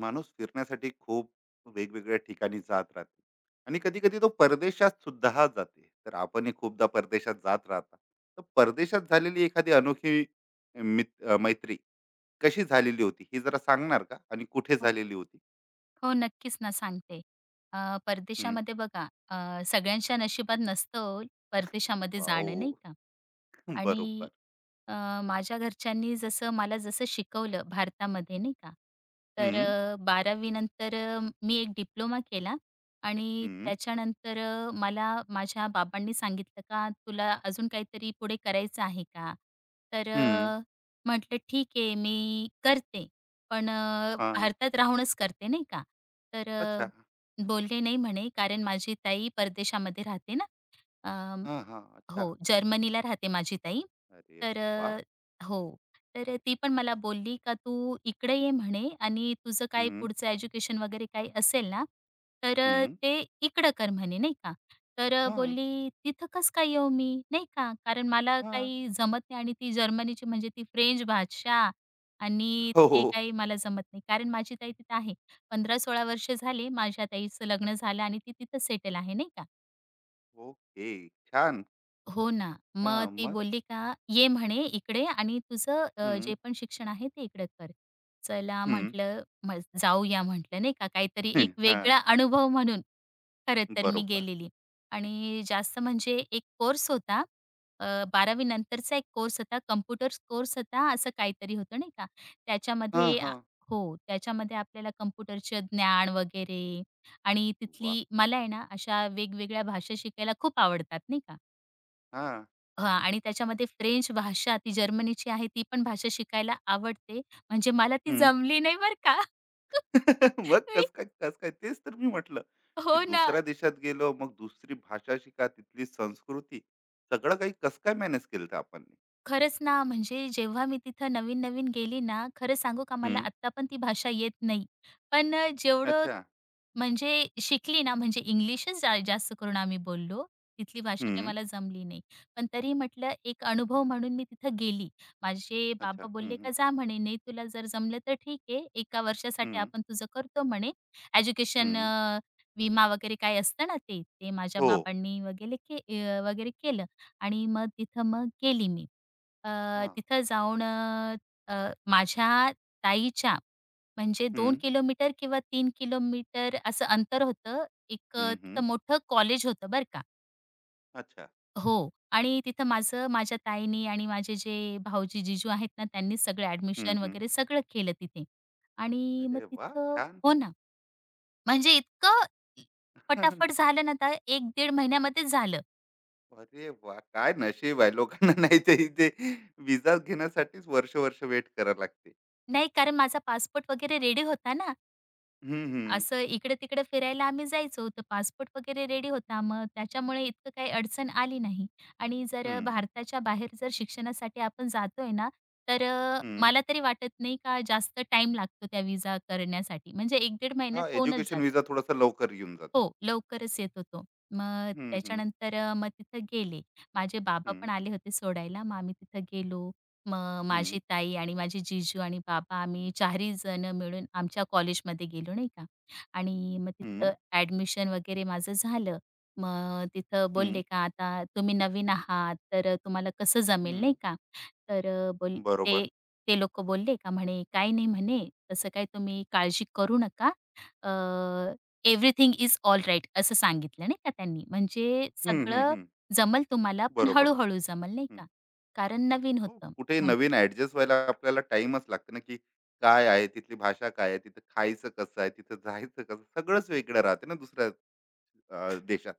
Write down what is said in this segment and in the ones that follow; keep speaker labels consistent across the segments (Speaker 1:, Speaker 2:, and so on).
Speaker 1: माणूस फिरण्यासाठी खूप वेगवेगळ्या ठिकाणी जात राहते आणि कधी कधी तो परदेशात सुद्धा जाते तर आपणही खूपदा परदेशात जात राहता. तर परदेशात झालेली एखादी अनोखी मैत्री कशी झालेली होती ही जरा सांगणार का आणि कुठे
Speaker 2: हो,
Speaker 1: झालेली होती?
Speaker 2: नक्कीच ना सांगते.
Speaker 1: हम्म,
Speaker 2: परदेशामध्ये बघा सगळ्यांच्या नशिबात नसतं ओ परदेशामध्ये जाणं, नाही
Speaker 1: वाव.
Speaker 2: का? आणि
Speaker 1: बरोबर.
Speaker 2: अ, माझ्या घरच्यांनी जसं मला शिकवलं भारतामध्ये, नाही का? तर
Speaker 1: हम्म.
Speaker 2: 12वी नंतर मी एक डिप्लोमा केला. आणि
Speaker 1: हम्म.
Speaker 2: त्याच्यानंतर मला माझ्या बाबांनी सांगितलं का, "तुला अजून काहीतरी पुढे करायचं आहे का?" तर
Speaker 1: हम्म.
Speaker 2: म्हटलं, "ठीक आहे, मी करते. पण
Speaker 1: हा,
Speaker 2: भारतात राहूनच करते नाही का." तर
Speaker 1: अच्छा.
Speaker 2: बोलले नाही म्हणे कारण माझी ताई परदेशामध्ये राहते ना. अ,
Speaker 1: हा, हा, अच्छा.
Speaker 2: हो, जर्मनीला राहते माझी ताई.
Speaker 1: अरे
Speaker 2: तर
Speaker 1: वा.
Speaker 2: हो. तर ती पण मला बोलली का, "तू इकडे ये" म्हणे, "आणि तुझं काही
Speaker 1: हम्म.
Speaker 2: पुढचं एज्युकेशन वगैरे काही असेल ना, तर
Speaker 1: हम्म.
Speaker 2: ते इकडं कर" म्हणे नाही का. तर
Speaker 1: हा.
Speaker 2: बोलली, "तिथं कसं काय येऊ मी?" नाही का. कारण मला
Speaker 1: हा.
Speaker 2: काही जमत नाही आणि ती जर्मनीची म्हणजे ती फ्रेंच भाषा आणि
Speaker 1: हो, हो.
Speaker 2: ते काही मला जमत नाही. कारण माझी ताई तिथं आहे. 15-16 वर्ष झाले माझ्या ताईचं लग्न झालं आणि ती तिथं सेटल आहे नाही का.
Speaker 1: ओके. छान.
Speaker 2: हो ना.
Speaker 1: हा,
Speaker 2: मग ती
Speaker 1: मग?
Speaker 2: बोलली का, "ये म्हणे इकडे आणि तुझं
Speaker 1: हम्म.
Speaker 2: जे पण शिक्षण आहे ते इकडे कर." चला
Speaker 1: हम्म.
Speaker 2: म्हटलं म जाऊया म्हटलं नाही का, काहीतरी एक वेगळा
Speaker 1: हां,
Speaker 2: अनुभव म्हणून. खरं तर मी
Speaker 1: बरोबर.
Speaker 2: गेलेली आणि जास्त म्हणजे एक कोर्स होता. अ, 12वी नंतरचा एक कोर्स होता. कॉम्प्युटर कोर्स होता असं काहीतरी होतं नाही का.
Speaker 1: हां,
Speaker 2: त्याच्यामध्ये आ
Speaker 1: हां.
Speaker 2: हो, त्याच्यामध्ये आपल्याला कॉम्प्युटरचं ज्ञान वगैरे. आणि तिथली
Speaker 1: वाह!
Speaker 2: मला आहे ना, अशा वेगवेगळ्या भाषा शिकायला खूप आवडतात नाही का.
Speaker 1: हां.
Speaker 2: हां, आणि त्याच्यामध्ये फ्रेंच भाषा ती जर्मनीची आहे, ती पण भाषा शिकायला आवडते. म्हणजे मला ती
Speaker 1: हं.
Speaker 2: जमली नाही बरं का.
Speaker 1: मग
Speaker 2: मी
Speaker 1: कसं काय, कसं काय? तेच तर मी म्हटलं, की
Speaker 2: हो ना.
Speaker 1: दुसऱ्या देशात गेलो, मग दुसरी भाषा शिका, तिथली संस्कृती, सगळं काही कसं काय मॅनेज केलं होतं आपण?
Speaker 2: खरंच ना, म्हणजे जेव्हा मी तिथं नवीन-नवीन गेली ना, खरं सांगू का मला
Speaker 1: हं.
Speaker 2: आत्ता पण ती भाषा येत नाही. पण जेवढं
Speaker 1: अच्छा.
Speaker 2: म्हणजे शिकली ना, म्हणजे इंग्लिशच जास्त करून आम्ही बोललो. तिथली भाषा काही
Speaker 1: हं.
Speaker 2: मला जमली नाही. पण तरी म्हटलं एक अनुभव म्हणून मी तिथं गेली. माझे बाबा
Speaker 1: अच्छा. हं,
Speaker 2: बोलले
Speaker 1: हं.
Speaker 2: का जा म्हणे, नाही तुला जर जमलं तर ठीक आहे. एका
Speaker 1: हं.
Speaker 2: वर्षासाठी आपण तुझं करतो म्हणे. एज्युकेशन विमा वगैरे काय असतं ना ते, ते माझ्या
Speaker 1: हो.
Speaker 2: बाबांनी वगैरे केलं. आणि मग तिथं मग गेली मी.
Speaker 1: हां.
Speaker 2: तिथं जाऊन अ, अ, माझ्या ताईच्या म्हणजे 2
Speaker 1: हं.
Speaker 2: किलोमीटर किंवा 3 किलोमीटर असं अंतर होतं. एक
Speaker 1: हं, हं.
Speaker 2: तिथं मोठं कॉलेज होतं बरं का.
Speaker 1: अच्छा.
Speaker 2: हो. आणि तिथं माझं माझ्या ताईनी आणि माझे जे भाऊजी, जिजू आहेत ना, त्यांनी सगळं
Speaker 1: हं,
Speaker 2: ॲडमिशन
Speaker 1: हं.
Speaker 2: वगैरे सगळं केलं तिथे. आणि मग
Speaker 1: अरे वाह!
Speaker 2: तिथं
Speaker 1: छान.
Speaker 2: हो ना. म्हणजे इतकं पटापट झालं ना, तर 1-1.5 महिन्यामध्येच झालं.
Speaker 1: अरे वाह! काय नशीब आहे लोकांना, नाहीतर इथे व्हिसा घेण्यासाठीच वर्ष-वर्ष वेट करावं लागते.
Speaker 2: नाही कारण माझा पासपोर्ट वगैरे रेडी होता ना.
Speaker 1: हं, हं.
Speaker 2: असं इकडं-तिकडं फिरायला आम्ही जायचो, तर पासपोर्ट वगैरे रेडी होता. मग त्याच्यामुळे इतकं काही अडचण आली नाही. आणि जर
Speaker 1: हं,
Speaker 2: भारताच्या बाहेर जर शिक्षणासाठी आपण जातोय ना, तर
Speaker 1: हं.
Speaker 2: मला तरी वाटत नाही का जास्त टाइम लागतो त्या व्हिसा करण्यासाठी. म्हणजे 1-1.5
Speaker 1: हां,
Speaker 2: महिन्यात होऊनच
Speaker 1: एज्युकेशन
Speaker 2: जातो.
Speaker 1: व्हिसा थोडासा लवकर येऊन जाते.
Speaker 2: हो, लवकरच येत होतो. मग
Speaker 1: हं, हं,
Speaker 2: त्याच्यानंतर मग तिथं गेले. माझे बाबा
Speaker 1: हं,
Speaker 2: पण आले होते सोडायला. मग आम्ही तिथं गेलो. मग
Speaker 1: हं,
Speaker 2: माझी ताई आणि माझी जीजू आणि बाबा आम्ही 4ही जणं मिळून आमच्या कॉलेजमध्ये गेलो, नाही का. आणि मग तिथं
Speaker 1: हं,
Speaker 2: ॲडमिशन वगैरे माझं झालं. मग तिथं
Speaker 1: हं,
Speaker 2: बोलले का आता तुम्ही नवीन आहात, तर तुम्हाला कसं जमेल,
Speaker 1: हं.
Speaker 2: नाही का. तर अ, बोल ते
Speaker 1: बरोबर.
Speaker 2: ते लोकं बोलले का म्हणे, "काही नाही म्हणे, तसं काही तुम्ही काळजी करू नका. अ, एव्हरीथिंग इज ऑलराइट" असं सांगितलं नाही का त्यांनी. म्हणजे
Speaker 1: हं, हं,
Speaker 2: सगळं
Speaker 1: हं.
Speaker 2: जमल तुम्हाला, पण
Speaker 1: बरोबर. हो.
Speaker 2: हळू-हळू जमल नाही
Speaker 1: हं.
Speaker 2: का. कारण नवीन
Speaker 1: हो,
Speaker 2: होतं.
Speaker 1: कुठेही
Speaker 2: म्हण
Speaker 1: नवीन ॲडजस्ट व्हायला आपल्याला टाईमच लागते ना, की काय आहे, तिथली भाषा काय आहे, तिथं खायचं कसं आहे, तिथं जायचं कसं, सगळंच वेगळं राहते ना दुसऱ्या देशात.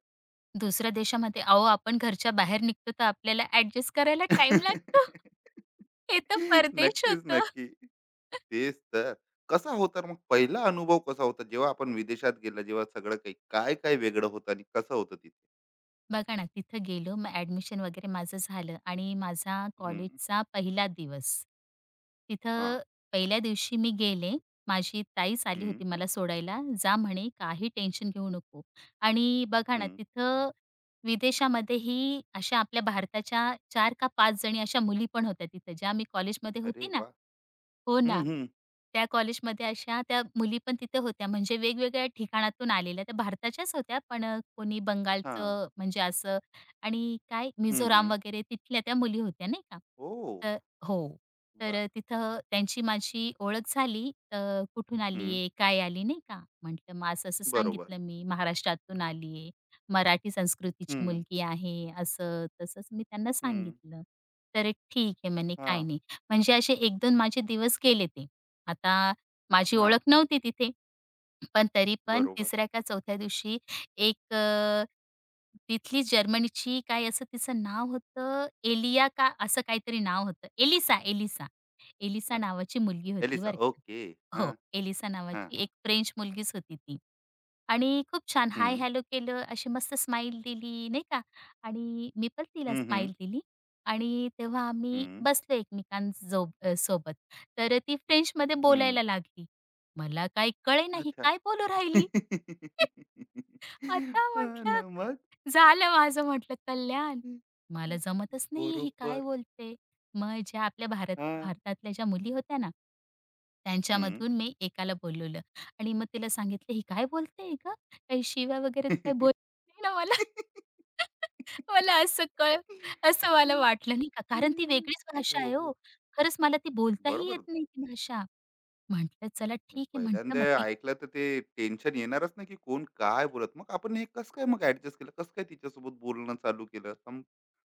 Speaker 2: दुसऱ्या देशामध्ये अहो आपण घरच्या बाहेर निघतो, तर आपल्याला ॲडजस्ट करायला टाइम लागतो. हे तर परदेश
Speaker 1: नक्कीच,
Speaker 2: होतं.
Speaker 1: नक्की. तेच तर. कसा होता मग पहिला अनुभव, कसा होता जेव्हा आपण विदेशात गेला, जेव्हा सगळं काही, काय काय वेगळं होतं आणि कसं होतं तिथे?
Speaker 2: बघा ना, तिथं गेलो. मग ॲडमिशन वगैरे माझं झालं आणि माझा
Speaker 1: हं,
Speaker 2: कॉलेजचा पहिला दिवस.
Speaker 1: हां.
Speaker 2: तिथं पहिल्या दिवशी मी गेले. माझी ताईच आली
Speaker 1: हं,
Speaker 2: होती मला सोडायला. "जा," म्हणे, "काही टेन्शन घेऊ नको." आणि बघा ना,
Speaker 1: हं.
Speaker 2: तिथं विदेशामध्येही अशा आपल्या भारताच्या 4 का 5 जणी अशा मुली पण होत्या तिथं, ज्या मी कॉलेजमध्ये
Speaker 1: अरे
Speaker 2: होती ना.
Speaker 1: वाह!
Speaker 2: हो
Speaker 1: हं,
Speaker 2: ना.
Speaker 1: हं.
Speaker 2: त्या कॉलेजमध्ये अशा त्या मुली पण तिथे होत्या म्हणजे वेगवेगळ्या ठिकाणातून आलेल्या. त्या भारताच्याच होत्या पण कोणी
Speaker 1: हां.
Speaker 2: बंगालचं म्हणजे असं आणि काय
Speaker 1: हं, हं.
Speaker 2: मिझोराम वगैरे तिथल्या त्या मुली होत्या नाही का.
Speaker 1: ओह!
Speaker 2: तर हो. तर
Speaker 1: वाह!
Speaker 2: तिथं त्यांची माझी ओळख झाली. तर कुठून आली
Speaker 1: हं.
Speaker 2: आहे, काय आली नाही का. म्हटलं मग असं-असं
Speaker 1: बरोबर.
Speaker 2: सांगितलं मी महाराष्ट्रातून आली. मराठी संस्कृतीची
Speaker 1: हं,
Speaker 2: मुलगी आहे. असं तसंच मी त्यांना
Speaker 1: हं.
Speaker 2: सांगितलं. तर ठीक आहे म्हणे काही
Speaker 1: हां,
Speaker 2: नाही. म्हणजे असे एक 2 माझे दिवस गेले ते. आता माझी
Speaker 1: हां.
Speaker 2: ओळख नव्हती तिथे. पण तरी पण
Speaker 1: बरोबर.
Speaker 2: 3ऱ्या का 4थ्या दिवशी एक तिथली जर्मनीची, काय असं तिचं नाव होतं, एलिया का असं काहीतरी नाव होतं. Elisa, Elisa. एलिसा
Speaker 1: हां.
Speaker 2: नावाची मुलगी होती
Speaker 1: एलिसा.
Speaker 2: बरं का.
Speaker 1: ओके. हां,
Speaker 2: हो, एलिसा
Speaker 1: हां,
Speaker 2: नावाची
Speaker 1: हां.
Speaker 2: एक फ्रेंच मुलगीच होती ती. आणि खूप छान
Speaker 1: हं,
Speaker 2: हाय हॅलो केलं, अशी मस्त स्माईल दिली नाही का, आणि मी पण तिला
Speaker 1: हं, हं.
Speaker 2: स्माईल दिली. आणि तेव्हा आम्ही
Speaker 1: हं,
Speaker 2: बसलो सोबत. तर ती फ्रेंचमध्ये
Speaker 1: हं.
Speaker 2: बोलायला लागली. मला काही कळेना ही
Speaker 1: अच्छा.
Speaker 2: काय बोलू राहिली. आता
Speaker 1: हां
Speaker 2: म्हटलं,
Speaker 1: ना. मग?
Speaker 2: झालं माझं म्हटलं कल्याण. मला जमतच नाहीये ही काय
Speaker 1: बरोबर.
Speaker 2: बोलते. मग ज्या आपल्या
Speaker 1: हां.
Speaker 2: भारतातल्या ज्या मुली होत्या ना,
Speaker 1: हं.
Speaker 2: त्यांच्यामधून मी एकाला बोलवलं आणि मग तिला सांगितलं, "ही काय बोलते गं? काही शिव्या वगैरे तर काही बोलली नाही ना मला?" मला असं कळ असं मला वाटलं नाही का, कारण ती वेगळीच भाषा
Speaker 1: हो,
Speaker 2: आहे हो.
Speaker 1: हो.
Speaker 2: खरंच मला ती बोलताही येत
Speaker 1: बरोबर.
Speaker 2: नाही ती भाषा. म्हटलं, "चला ठीक आहे." म्हटलं,
Speaker 1: पहिल्यांदा
Speaker 2: "मग
Speaker 1: ऐकलं तर ते टेन्शन येणारच ना, की कोण काय बोलत. मग आपण हे कसं काय मग ॲडजस्ट केलं? कसं काय तिच्यासोबत बोलणं चालू केलं?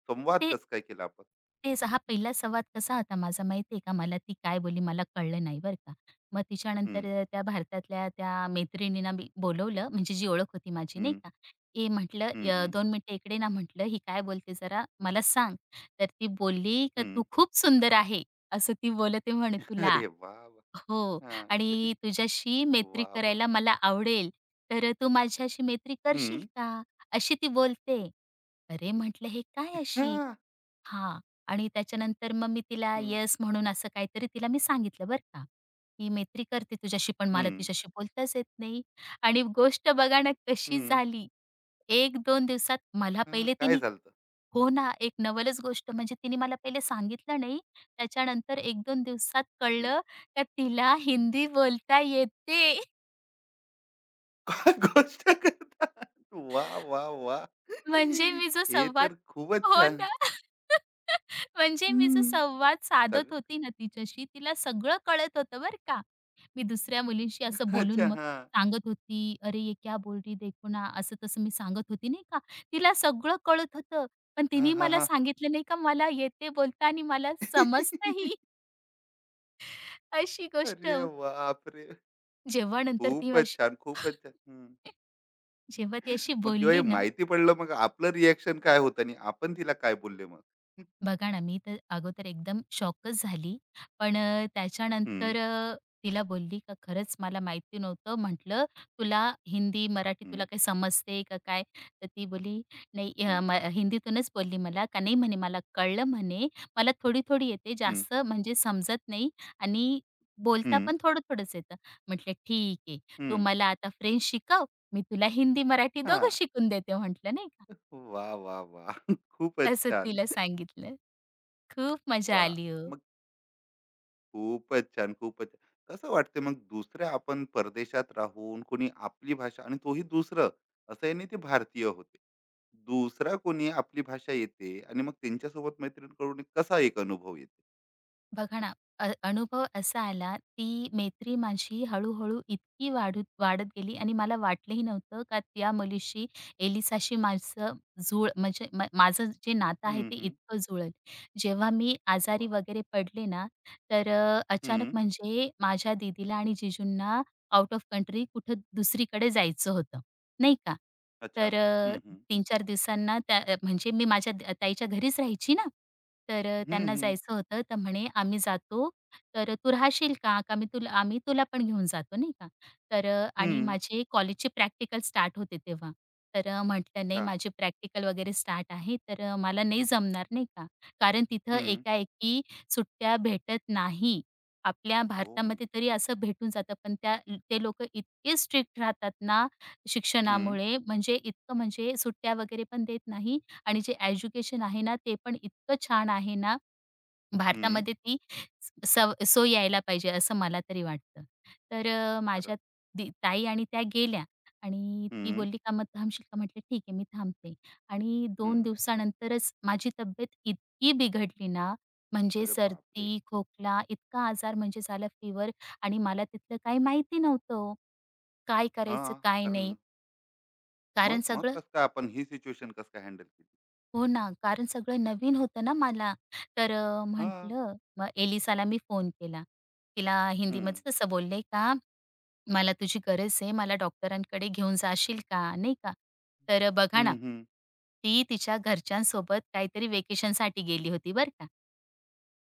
Speaker 1: संवाद
Speaker 2: ते
Speaker 1: कसं काय केला आपण?
Speaker 2: तेच हा पहिला संवाद कसा होता माझा माहिती का? मला ती काय बोलली मला कळलं नाही बरं का. मग
Speaker 1: हं,
Speaker 2: तिच्यानंतर त्या भारतातल्या त्या मैत्रिणींना मी बोलवलं म्हणजे जी ओळख होती माझी नाही
Speaker 1: हं,
Speaker 2: का. "ये" म्हटलं,
Speaker 1: हं, हं,
Speaker 2: 2 मिनिटं इकडे ना" म्हटलं, "ही काय बोलते जरा मला सांग." तर ती बोलली का,
Speaker 1: हं.
Speaker 2: "तू खूप सुंदर आहे." असं ती बोलते म्हणे तुला.
Speaker 1: अरे वाह! वाह!
Speaker 2: हो.
Speaker 1: हां.
Speaker 2: "आणि तुझ्याशी मैत्री
Speaker 1: वाह! वाह!
Speaker 2: करायला मला आवडेल, तर तू माझ्याशी मैत्री करशील
Speaker 1: हं.
Speaker 2: का?" अशी ती बोलते. अरे, म्हटलं हे काय अशी?
Speaker 1: हां.
Speaker 2: हां. आणि त्याच्यानंतर मग मी तिला
Speaker 1: हं,
Speaker 2: येस म्हणून असं काहीतरी तिला मी सांगितलं बरं का. "मी मैत्री करते तुझ्याशी, पण
Speaker 1: हं,
Speaker 2: मला तुझ्याशी बोलताच येत नाही." आणि गोष्ट बघा ना कशी
Speaker 1: हं.
Speaker 2: झाली. 1-2 दिवसात मला
Speaker 1: हां,
Speaker 2: पहिले
Speaker 1: काय
Speaker 2: तिने
Speaker 1: झालं?
Speaker 2: हो ना, एक नवलच गोष्ट म्हणजे तिने मला पहिले सांगितलं नाही. त्याच्यानंतर एक दोन दिवसात कळलं का तिला हिंदी बोलता येते.
Speaker 1: काय गोष्ट! वाह! वाह! वाह!
Speaker 2: म्हणजे मी जो
Speaker 1: हे
Speaker 2: संवाद
Speaker 1: तर खूपच
Speaker 2: हो
Speaker 1: छान.
Speaker 2: ना. म्हणजे मी जो
Speaker 1: हं.
Speaker 2: संवाद
Speaker 1: सग
Speaker 2: साधत होती ना तिच्याशी, तिला सगळं कळत होतं बरं का. मी दुसऱ्या मुलींशी असं बोलून
Speaker 1: अच्छा.
Speaker 2: मग
Speaker 1: हां.
Speaker 2: सांगत होती, "अरे ये क्या बोल रही देखो ना." असं-तसं मी सांगत होती नाही का. तिला सगळं कळत होतं. पण
Speaker 1: हां,
Speaker 2: तिने
Speaker 1: हां,
Speaker 2: मला
Speaker 1: हां.
Speaker 2: सांगितलं नाही का मला येते बोलता आणि मला समजतंही. अशी गोष्ट
Speaker 1: अरे बापरे!
Speaker 2: जेव्हा नंतर ती
Speaker 1: खूपच
Speaker 2: अशी
Speaker 1: छान, खूपच छान. हं.
Speaker 2: जेव्हा ती अशी
Speaker 1: मग जेव्हा हे
Speaker 2: बोलली ना,
Speaker 1: माहिती पडलं, मग आपलं रिएक्शन काय होतं आणि आपण तिला काय बोलले मग?
Speaker 2: बघा ना, मी तर अगोदर एकदम शॉकच झाली. पण
Speaker 1: हं,
Speaker 2: त्याच्यानंतर तिला बोलली का खरंच मला माहिती नव्हतं. म्हटलं, "तुला हिंदी, मराठी तुला
Speaker 1: हं,
Speaker 2: काही समजते का काय?" तर ती बोलली, "नाही अ,
Speaker 1: हं,
Speaker 2: म हिंदीतूनच बोलली मला." का नाही म्हणे, "मला कळलं म्हणे. मला थोडी-थोडी येते,
Speaker 1: हं,
Speaker 2: जास्त म्हणजे समजत नाही आणि बोलता
Speaker 1: हं,
Speaker 2: पण थोडं-थोडंच येतं." म्हटलं, "ठीक आहे. तू
Speaker 1: हं.
Speaker 2: मला आता फ्रेंच शिकव. मी तुला हिंदी, मराठी दोघं
Speaker 1: हां.
Speaker 2: शिकून देते." म्हटलं नाही का.
Speaker 1: वाह! वाह! वाह! खूपच
Speaker 2: असं
Speaker 1: छान.
Speaker 2: तिला सांगितलं. खूप मजा
Speaker 1: वाह!
Speaker 2: आली हो.
Speaker 1: मग. खूपच छान, खूपच छान. कसं वाटते मग दुसऱ्या आपण परदेशात राहून कोणी आपली भाषा आणि तोही दुसरं, असं आहे नाही ते भारतीय होते. दुसरा कोणी आपली भाषा येते आणि मग त्यांच्यासोबत मैत्रीण कसा एक अनुभव येते?
Speaker 2: बघा ना, अनुभव असा आला, ती मैत्री माझी हळू-हळू इतकी वाढत गेली आणि मला वाटलंही नव्हतं का त्या मुलीशी, एलिसाशी माझं जुळ म्हणजे म माझं जे नातं आहे
Speaker 1: हं,
Speaker 2: ते
Speaker 1: हं.
Speaker 2: इतकं जुळेल. जेव्हा मी आजारी
Speaker 1: वाह!
Speaker 2: वगैरे पडले ना, तर अचानक
Speaker 1: हं.
Speaker 2: म्हणजे माझ्या दीदीला आणि जीजूंना आउट ऑफ कंट्री कुठं दुसरीकडे जायचं होतं, नाही का.
Speaker 1: अच्छा.
Speaker 2: तर
Speaker 1: हं, हं.
Speaker 2: तीन-चार दिवसांना त्या म्हणजे मी माझ्या ताईच्या घरीच राहायची ना, तर
Speaker 1: हं,
Speaker 2: त्यांना
Speaker 1: हं.
Speaker 2: जायचं होतं. तर म्हणे, "आम्ही जातो, तर तू राहशील का? का मी तुला आम्ही तुला पण घेऊन जातो," नाही का. तर आणि
Speaker 1: हं.
Speaker 2: माझे कॉलेजचे प्रॅक्टिकल स्टार्ट होते तेव्हा. तर म्हटलं, "नाही,
Speaker 1: अच्छा.
Speaker 2: माझे प्रॅक्टिकल वगैरे स्टार्ट आहे, तर मला नाही जमणार," नाही का. कारण तिथं
Speaker 1: हं.
Speaker 2: एकाएकी सुट्ट्या भेटत नाही. आपल्या
Speaker 1: हो.
Speaker 2: भारतामध्ये तरी असं भेटून जातं, पण ते लोकं इतके स्ट्रिक्ट राहतात ना
Speaker 1: हं.
Speaker 2: शिक्षणामुळे, म्हणजे इतकं म्हणजे सुट्ट्या वगैरे पण देत नाही. आणि जे एज्युकेशन आहे ना, ते पण इतकं छान आहे ना,
Speaker 1: हं.
Speaker 2: भारतामध्ये ती सोय यायला पाहिजे असं मला तरी वाटतं. तर माझ्या
Speaker 1: खरंच.
Speaker 2: ताई आणि त्या गेल्या. आणि ती
Speaker 1: हं.
Speaker 2: बोलली, "का मग थांबशील का?" म्हटलं, "ठीक आहे, मी थांबते." आणि
Speaker 1: हं.
Speaker 2: 2 दिवसानंतरच माझी तब्येत इतकी बिघडली ना, म्हणजे
Speaker 1: अरे बापरे!
Speaker 2: सर्दी, खोकला, इतका आजार म्हणजे झाला, फीव्हर. आणि मला तिथलं काही माहिती नव्हतं काय करायचं,
Speaker 1: हां.
Speaker 2: काय
Speaker 1: कारण
Speaker 2: नाही?
Speaker 1: मग
Speaker 2: कारण
Speaker 1: मग
Speaker 2: सगळं
Speaker 1: कसं काय आपण ही सिच्युएशन कसं काय हँडल केली?
Speaker 2: हो ना, कारण सगळं नवीन होतं ना मला. तर
Speaker 1: हां.
Speaker 2: म्हटलं मग एलिसाला मी फोन केला. तिला
Speaker 1: हं.
Speaker 2: हिंदीमध्ये तसं बोलले का, "मला तुझी गरज आहे. मला डॉक्टरांकडे घेऊन जाशील का?" नाही का. तर बघा
Speaker 1: हं,
Speaker 2: ना,
Speaker 1: हं.
Speaker 2: ती तिच्या घरच्यांसोबत काहीतरी व्हेकेशनसाठी गेली होती बरं का.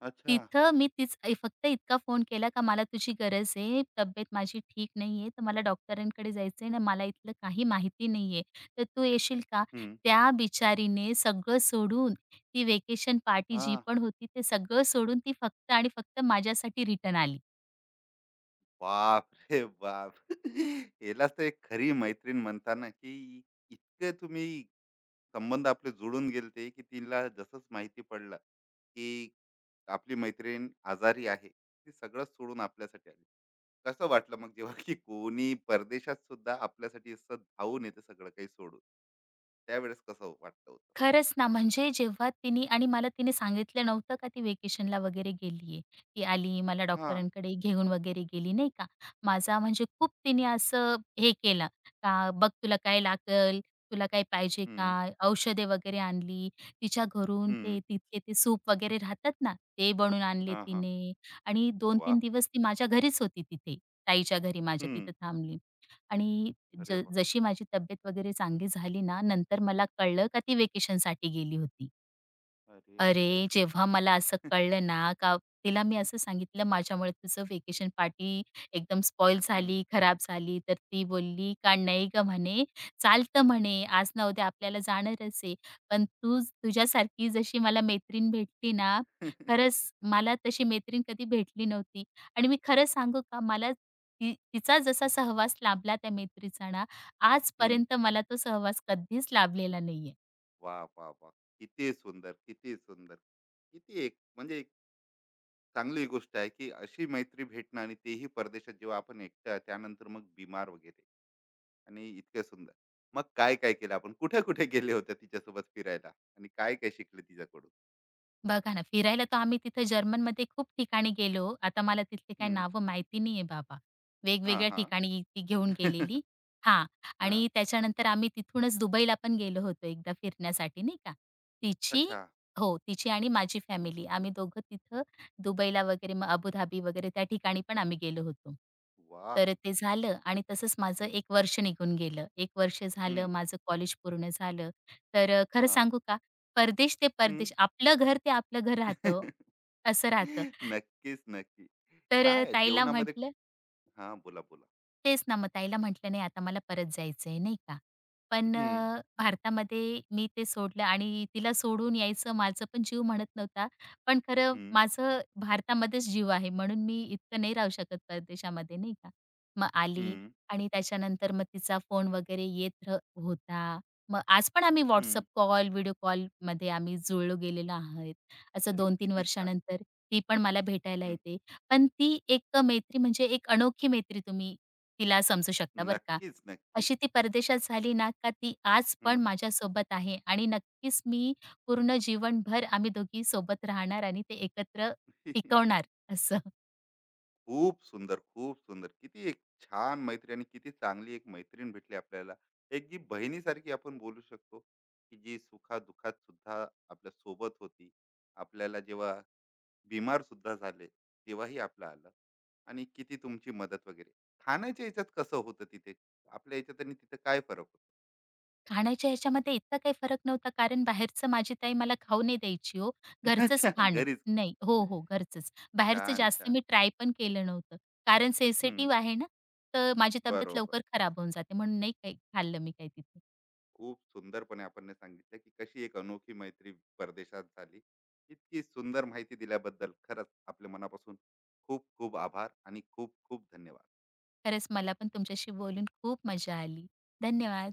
Speaker 1: अच्छा.
Speaker 2: तिथं मी तीच ए फक्त इतका फोन केला का, मला तुझी गरज आहे, तब्येत माझी ठीक नाहीये, तर मला डॉक्टरांकडे जायचंय आणि मला इथलं काही माहिती नाहीये, तर तू येशील का?
Speaker 1: हं.
Speaker 2: त्या बिचारीने सगळं सोडून, ती व्हेकेशन पार्टी जी
Speaker 1: हां.
Speaker 2: पण होती ते सगळं सोडून, ती फक्त आणि फक्त माझ्यासाठी रिटर्न आली.
Speaker 1: बाप रे बाप! यालाच तर एक खरी मैत्रीण म्हणतात ना, की इतके तुम्ही संबंध आपले जुळून गेलते, की तिला जसंच माहिती पडलं, की आपली मैत्रीण आजारी आहे, ती सगळं सोडून आपल्यासाठी आली. कसं वाटलं मग जेव्हा, की कोणी परदेशात सुद्धा आपल्यासाठी असं धावून येते सगळं काही सोडून? त्यावेळेस कसं वाटलं होतं?
Speaker 2: खरंच ना, म्हणजे जेव्हा तिने, आणि मला तिने सांगितलं नव्हतं का ती व्हेकेशनला वगैरे गेलीये. ती आली मला
Speaker 1: हां.
Speaker 2: डॉक्टरांकडे घेऊन वगैरे गेली नाही का. माझा म्हणजे खूप तिने असं हे केलं का, बघ तुला काय लागेल, तुला काय पाहिजे
Speaker 1: हं,
Speaker 2: का? औषधे वगैरे आणली. तिच्या घरून
Speaker 1: हं.
Speaker 2: ते तिथले ते सूप वगैरे राहतात ना, ते बनवून आणले
Speaker 1: हां, हां.
Speaker 2: तिने. आणि 2-3
Speaker 1: वाह!
Speaker 2: दिवस ती माझ्या घरीच होती तिथे. ताईच्या घरी माझ्या
Speaker 1: हं.
Speaker 2: तिथे थांबली. आणि
Speaker 1: अरे
Speaker 2: ज
Speaker 1: वाह!
Speaker 2: जशी माझी तब्येत वगैरे चांगली झाली ना, नंतर मला कळलं का ती व्हेकेशनसाठी गेली होती.
Speaker 1: अरे मेरा
Speaker 2: अरे,
Speaker 1: देवा!
Speaker 2: जेव्हा मला असं कळलं ना, का तिला मी असं सांगितलं, "माझ्यामुळे तुझं वेकेशन पार्टी एकदम स्पॉईल झाली, खराब झाली." तर ती बोलली का, "नाही गं," म्हणे, "चालतं," म्हणे, "आज ना उद्या आपल्याला जाणारच आहे. पण तू, तुझ्यासारखी जशी मला मैत्रीण भेटली ना, खरंच मला तशी मैत्रीण कधी भेटली नव्हती." आणि मी खरं सांगू का, मला ती, तिचा जसा सहवास लाभला त्या मैत्रीचा ना,
Speaker 1: हम्म.
Speaker 2: आजपर्यंत मला तो सहवास कधीच लाभलेला नाहीये.
Speaker 1: वा, वा, वा. किती सुंदर, किती सुंदर, किती एक म्हणजे एक चांगली गोष्ट आहे, की अशी मैत्री भेटणं आणि तेही परदेशात जेव्हा आपण एकटं आहे, त्यानंतर मग बिमार वगैरे आणि इतकं सुंदर. मग काय काय केलं आपण, कुठे कुठे गेले होते तिच्यासोबत फिरायला आणि काय काय शिकले तिच्याकडून?
Speaker 2: बघा ना, फिरायला तर आम्ही तिथे जर्मनमध्ये खूप ठिकाणी गेलो. आता मला तिथली काही
Speaker 1: हम्म.
Speaker 2: नावं माहिती नाहीये बाबा.
Speaker 1: हा,
Speaker 2: वेगवेगळ्या
Speaker 1: हा.
Speaker 2: ठिकाणी ती घेऊन गेलेली. हां.
Speaker 1: हा,
Speaker 2: आणि त्याच्यानंतर आम्ही तिथूनच दुबईला पण गेलो होतो एकदा फिरण्यासाठी नाही का. तिची
Speaker 1: अच्छा.
Speaker 2: हो, तिची आणि माझी फॅमिली आम्ही दोघं तिथं दुबईला वगैरे मग अबुधाबी वगैरे त्या ठिकाणी पण आम्ही गेलो होतो.
Speaker 1: वा.
Speaker 2: तर ते झालं आणि तसंच माझं
Speaker 1: हम्म,
Speaker 2: 1 वर्ष निघून गेलं. 1 वर्ष झालं
Speaker 1: हम्म.
Speaker 2: माझं कॉलेज पूर्ण झालं. तर खरं
Speaker 1: हा.
Speaker 2: सांगू का परदेश ते
Speaker 1: हम्म.
Speaker 2: परदेश, आपलं घर ते आपलं घर राहतं, असं राहतं.
Speaker 1: नक्कीच, नक्की.
Speaker 2: तर अ,
Speaker 1: काय
Speaker 2: ताईला
Speaker 1: जेवणामध्ये.
Speaker 2: म्हटलं,
Speaker 1: हा, बोला, बोला.
Speaker 2: तेच ना, मग ताईला म्हटलं, "नाही, आता मला परत जायचंय," नाही का. पण भारतामध्ये मी ते सोडलं आणि तिला सोडून यायचं माझं पण जीव म्हणत नव्हता. पण खरं
Speaker 1: हम्म.
Speaker 2: माझं भारतामध्येच जीव आहे, म्हणून मी इतकं नाही राहू शकत परदेशामध्ये, नाही का. मग आली.
Speaker 1: हम्म.
Speaker 2: आणि त्याच्यानंतर मग तिचा फोन वगैरे येत होता. मग आज पण आम्ही WhatsApp
Speaker 1: हं.
Speaker 2: कॉल, व्हिडिओ कॉलमध्ये आम्ही जुळलो गेलेलो आहोत. असं
Speaker 1: अरे
Speaker 2: 2-3
Speaker 1: किती छान!
Speaker 2: वर्षानंतर ती पण मला भेटायला
Speaker 1: हं.
Speaker 2: येते. पण ती एक मैत्री, म्हणजे एक अनोखी मैत्री, तुम्ही तिला समजू शकतं बरं का.
Speaker 1: नक्कीच, नक्की.
Speaker 2: अशी ती परदेशात झाली ना, का ती आज
Speaker 1: हं.
Speaker 2: पण माझ्यासोबत आहे आणि नक्कीच मी पूर्ण जीवनभर आम्ही दोघी सोबत राहणार आणि ते एकत्र टिकवणार असं.
Speaker 1: खूप सुंदर, खूप सुंदर. किती एक छान मैत्री आणि किती चांगली एक मैत्रीण भेटली आपल्याला. एक जी बहिणीसारखी आपण बोलू शकतो, की जी सुखा-दुःखात सुद्धा आपल्या सोबत होती. आपल्याला जेव्हा बीमार सुद्धा झाले, तेव्हाही आपलं आलं आणि किती तुमची मदत वगैरे. खाण्याच्या ह्याच्यात कसं होतं तिथे? आपल्या ह्याच्यात आणि तिथे काय फरक
Speaker 2: खाण्याच्या ह्याच्यामध्ये इतका काही फरक नव्हता, कारण बाहेरचं माझी ताई मला खाऊ नाही द्यायची हो.
Speaker 1: होता?
Speaker 2: घरचंच
Speaker 1: अच्छा,
Speaker 2: खाणं.
Speaker 1: घरीच.
Speaker 2: नाही हो, हो, घरचंच. बाहेरचं
Speaker 1: छान,
Speaker 2: जास्त
Speaker 1: छान.
Speaker 2: मी ट्राय पण केलं नव्हतं. कारण
Speaker 1: हं.
Speaker 2: सेन्सिटिव्ह आहे ना, तर माझी तब्येत
Speaker 1: बरोबर.
Speaker 2: लवकर खराब होऊन जाते म्हणून नाही काही खाल्लं मी काही तिथे.
Speaker 1: खूप सुंदरपणे आपण ने सांगितलं की कशी एक अनोखी मैत्री परदेशात झाली. इतकी सुंदर माहिती दिल्याबद्दल खरंच आपल्या मनापासून खूप खूप आभार आणि खूप खूप धन्यवाद.
Speaker 2: खरंच मला पण तुमच्याशी बोलून खूप मजा आली. धन्यवाद.